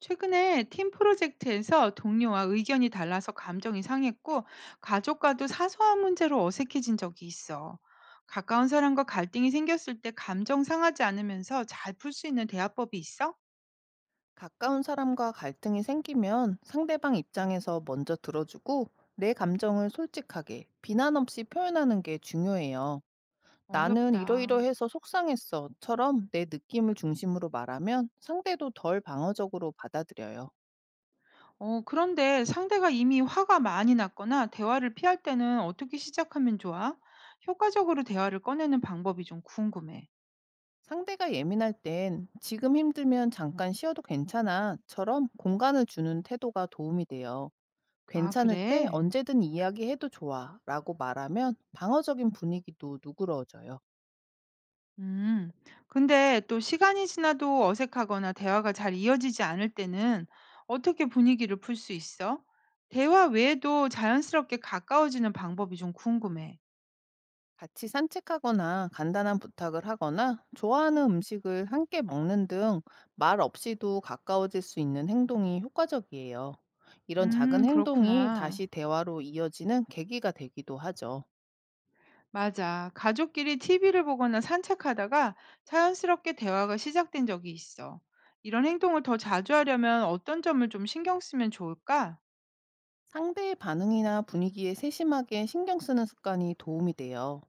최근에 팀 프로젝트에서 동료와 의견이 달라서 감정이 상했고, 가족과도 사소한 문제로 어색해진 적이 있어. 가까운 사람과 갈등이 생겼을 때 감정 상하지 않으면서 잘 풀 수 있는 대화법이 있어? 가까운 사람과 갈등이 생기면 상대방 입장에서 먼저 들어주고 내 감정을 솔직하게 비난 없이 표현하는 게 중요해요. 나는 어렵다. 이러이러해서 속상했어처럼 내 느낌을 중심으로 말하면 상대도 덜 방어적으로 받아들여요. 그런데 상대가 이미 화가 많이 났거나 대화를 피할 때는 어떻게 시작하면 좋아? 효과적으로 대화를 꺼내는 방법이 좀 궁금해. 상대가 예민할 땐 지금 힘들면 잠깐 쉬어도 괜찮아처럼 공간을 주는 태도가 도움이 돼요. 아, 괜찮을 때 그래? 언제든 이야기해도 좋아라고 말하면 방어적인 분위기도 누그러져요. 음. 근데 또 시간이 지나도 어색하거나 대화가 잘 이어지지 않을 때는 어떻게 분위기를 풀 수 있어? 대화 외에도 자연스럽게 가까워지는 방법이 좀 궁금해. 같이 산책하거나 간단한 부탁을 하거나 좋아하는 음식을 함께 먹는 등 말 없이도 가까워질 수 있는 행동이 효과적이에요. 이런 작은 행동이 그렇구나. 다시 대화로 이어지는 계기가 되기도 하죠. 맞아. 가족끼리 TV를 보거나 산책하다가 자연스럽게 대화가 시작된 적이 있어. 이런 행동을 더 자주 하려면 어떤 점을 좀 신경 쓰면 좋을까? 상대의 반응이나 분위기에 세심하게 신경 쓰는 습관이 도움이 돼요.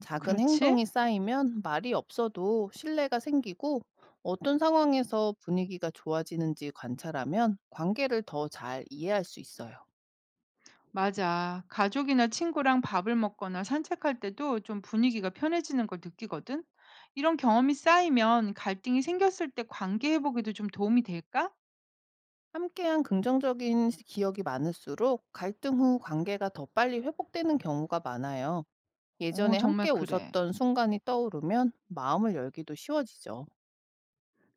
작은 그렇지? 행동이 쌓이면 말이 없어도 신뢰가 생기고, 어떤 상황에서 분위기가 좋아지는지 관찰하면 관계를 더 잘 이해할 수 있어요. 맞아. 가족이나 친구랑 밥을 먹거나 산책할 때도 좀 분위기가 편해지는 걸 느끼거든. 이런 경험이 쌓이면 갈등이 생겼을 때 관계 회복에도 좀 도움이 될까? 함께한 긍정적인 기억이 많을수록 갈등 후 관계가 더 빨리 회복되는 경우가 많아요. 어, 예전에 정말 함께 그래. 웃었던 순간이 떠오르면 마음을 열기도 쉬워지죠.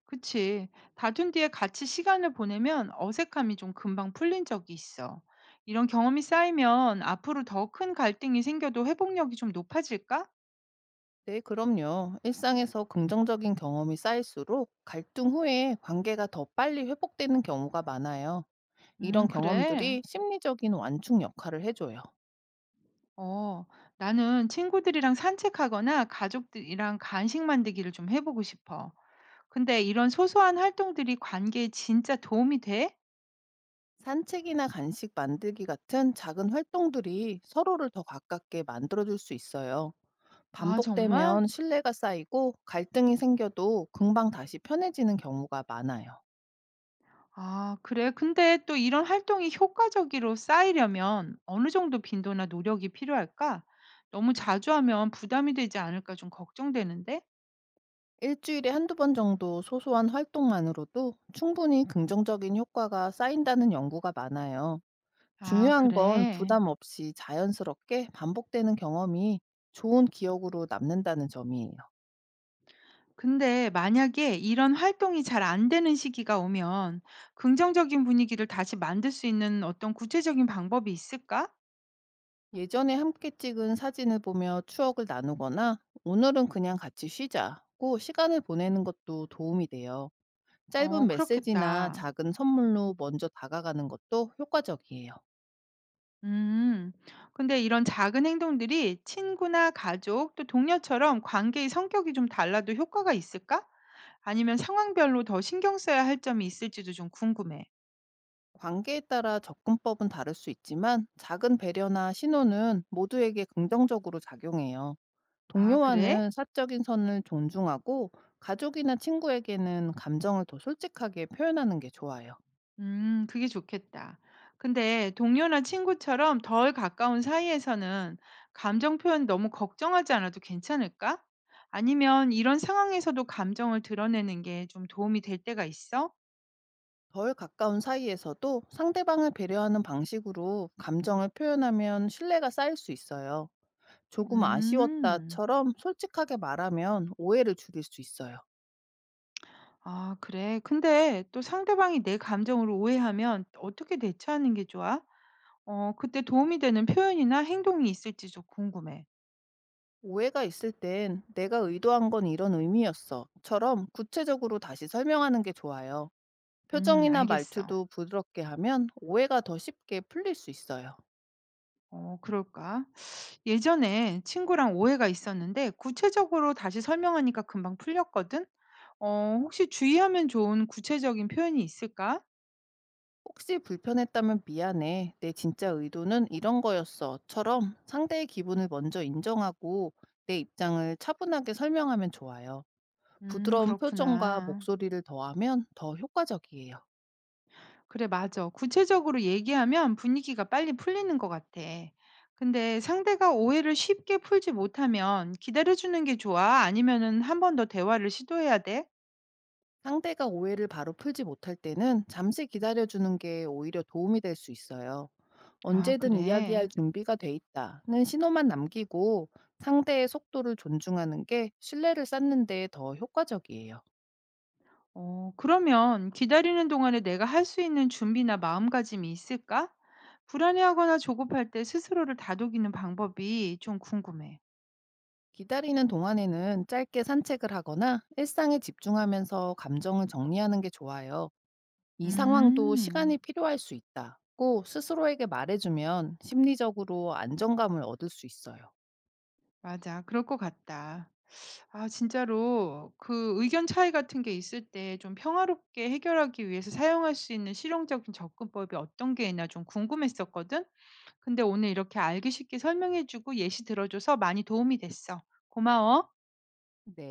그치. 다툰 뒤에 같이 시간을 보내면 어색함이 좀 금방 풀린 적이 있어. 이런 경험이 쌓이면 앞으로 더 큰 갈등이 생겨도 회복력이 좀 높아질까? 네, 그럼요. 일상에서 긍정적인 경험이 쌓일수록 갈등 후에 관계가 더 빨리 회복되는 경우가 많아요. 이런 그래. 경험들이 심리적인 완충 역할을 해줘요. 어, 나는 친구들이랑 산책하거나 가족들이랑 간식 만들기를 좀 해보고 싶어. 근데 이런 소소한 활동들이 관계에 진짜 도움이 돼? 산책이나 간식 만들기 같은 작은 활동들이 서로를 더 가깝게 만들어줄 수 있어요. 아, 정말? 반복되면 신뢰가 쌓이고 갈등이 생겨도 금방 다시 편해지는 경우가 많아요. 아, 그래. 근데 또 이런 활동이 효과적으로 쌓이려면 어느 정도 빈도나 노력이 필요할까? 너무 자주 하면 부담이 되지 않을까 좀 걱정되는데? 일주일에 한두 번 정도 소소한 활동만으로도 충분히 긍정적인 효과가 쌓인다는 연구가 많아요. 아, 중요한 건 그래. 부담 없이 자연스럽게 반복되는 경험이 좋은 기억으로 남는다는 점이에요. 근데 만약에 이런 활동이 잘 안 되는 시기가 오면 긍정적인 분위기를 다시 만들 수 있는 어떤 구체적인 방법이 있을까? 예전에 함께 찍은 사진을 보며 추억을 나누거나 오늘은 그냥 같이 쉬자고 시간을 보내는 것도 도움이 돼요. 어, 짧은 메시지나 그렇겠다. 작은 선물로 먼저 다가가는 것도 효과적이에요. 음, 근데 이런 작은 행동들이 친구나 가족, 또 동료처럼 관계의 성격이 좀 달라도 효과가 있을까? 아니면 상황별로 더 신경 써야 할 점이 있을지도 좀 궁금해. 관계에 따라 접근법은 다를 수 있지만, 작은 배려나 신호는 모두에게 긍정적으로 작용해요. 아, 그래? 동료와는 사적인 선을 존중하고, 가족이나 친구에게는 감정을 더 솔직하게 표현하는 게 좋아요. 그게 좋겠다. 근데 동료나 친구처럼 덜 가까운 사이에서는 감정 표현 너무 걱정하지 않아도 괜찮을까? 아니면 이런 상황에서도 감정을 드러내는 게 좀 도움이 될 때가 있어? 덜 가까운 사이에서도 상대방을 배려하는 방식으로 감정을 표현하면 신뢰가 쌓일 수 있어요. 조금 음. 아쉬웠다처럼 솔직하게 말하면 오해를 줄일 수 있어요. 아, 그래. 근데 또 상대방이 내 감정을 오해하면 어떻게 대처하는 게 좋아? 그때 도움이 되는 표현이나 행동이 있을지 좀 궁금해. 오해가 있을 땐 내가 의도한 건 이런 의미였어.처럼 구체적으로 다시 설명하는 게 좋아요. 표정이나 알겠어. 말투도 부드럽게 하면 오해가 더 쉽게 풀릴 수 있어요. 어, 그럴까? 예전에 친구랑 오해가 있었는데 구체적으로 다시 설명하니까 금방 풀렸거든? 혹시 주의하면 좋은 구체적인 표현이 있을까? 혹시 불편했다면 미안해. 내 진짜 의도는 이런 거였어.처럼 상대의 기분을 먼저 인정하고, 내 입장을 차분하게 설명하면 좋아요. 부드러운 표정과 그렇구나. 목소리를 더하면 더 효과적이에요. 그래, 맞아. 구체적으로 얘기하면 분위기가 빨리 풀리는 것 같아. 근데 상대가 오해를 쉽게 풀지 못하면 기다려주는 게 좋아? 아니면은 한 번 더 대화를 시도해야 돼? 상대가 오해를 바로 풀지 못할 때는 잠시 기다려주는 게 오히려 도움이 될 수 있어요. 아, 언제든 이야기할 그래. 준비가 돼 있다는 신호만 남기고, 상대의 속도를 존중하는 게 신뢰를 쌓는 데 더 효과적이에요. 그러면 기다리는 동안에 내가 할 수 있는 준비나 마음가짐이 있을까? 불안해하거나 조급할 때 스스로를 다독이는 방법이 좀 궁금해. 기다리는 동안에는 짧게 산책을 하거나 일상에 집중하면서 감정을 정리하는 게 좋아요. 이 상황도 시간이 음, 필요할 수 있다고 스스로에게 말해주면 심리적으로 안정감을 얻을 수 있어요. 맞아. 그럴 것 같다. 아 진짜로 그 의견 차이 같은 게 있을 때 좀 평화롭게 해결하기 위해서 사용할 수 있는 실용적인 접근법이 어떤 게 있나 좀 궁금했었거든. 근데 오늘 이렇게 알기 쉽게 설명해 주고 예시 들어줘서 많이 도움이 됐어. 고마워. 네.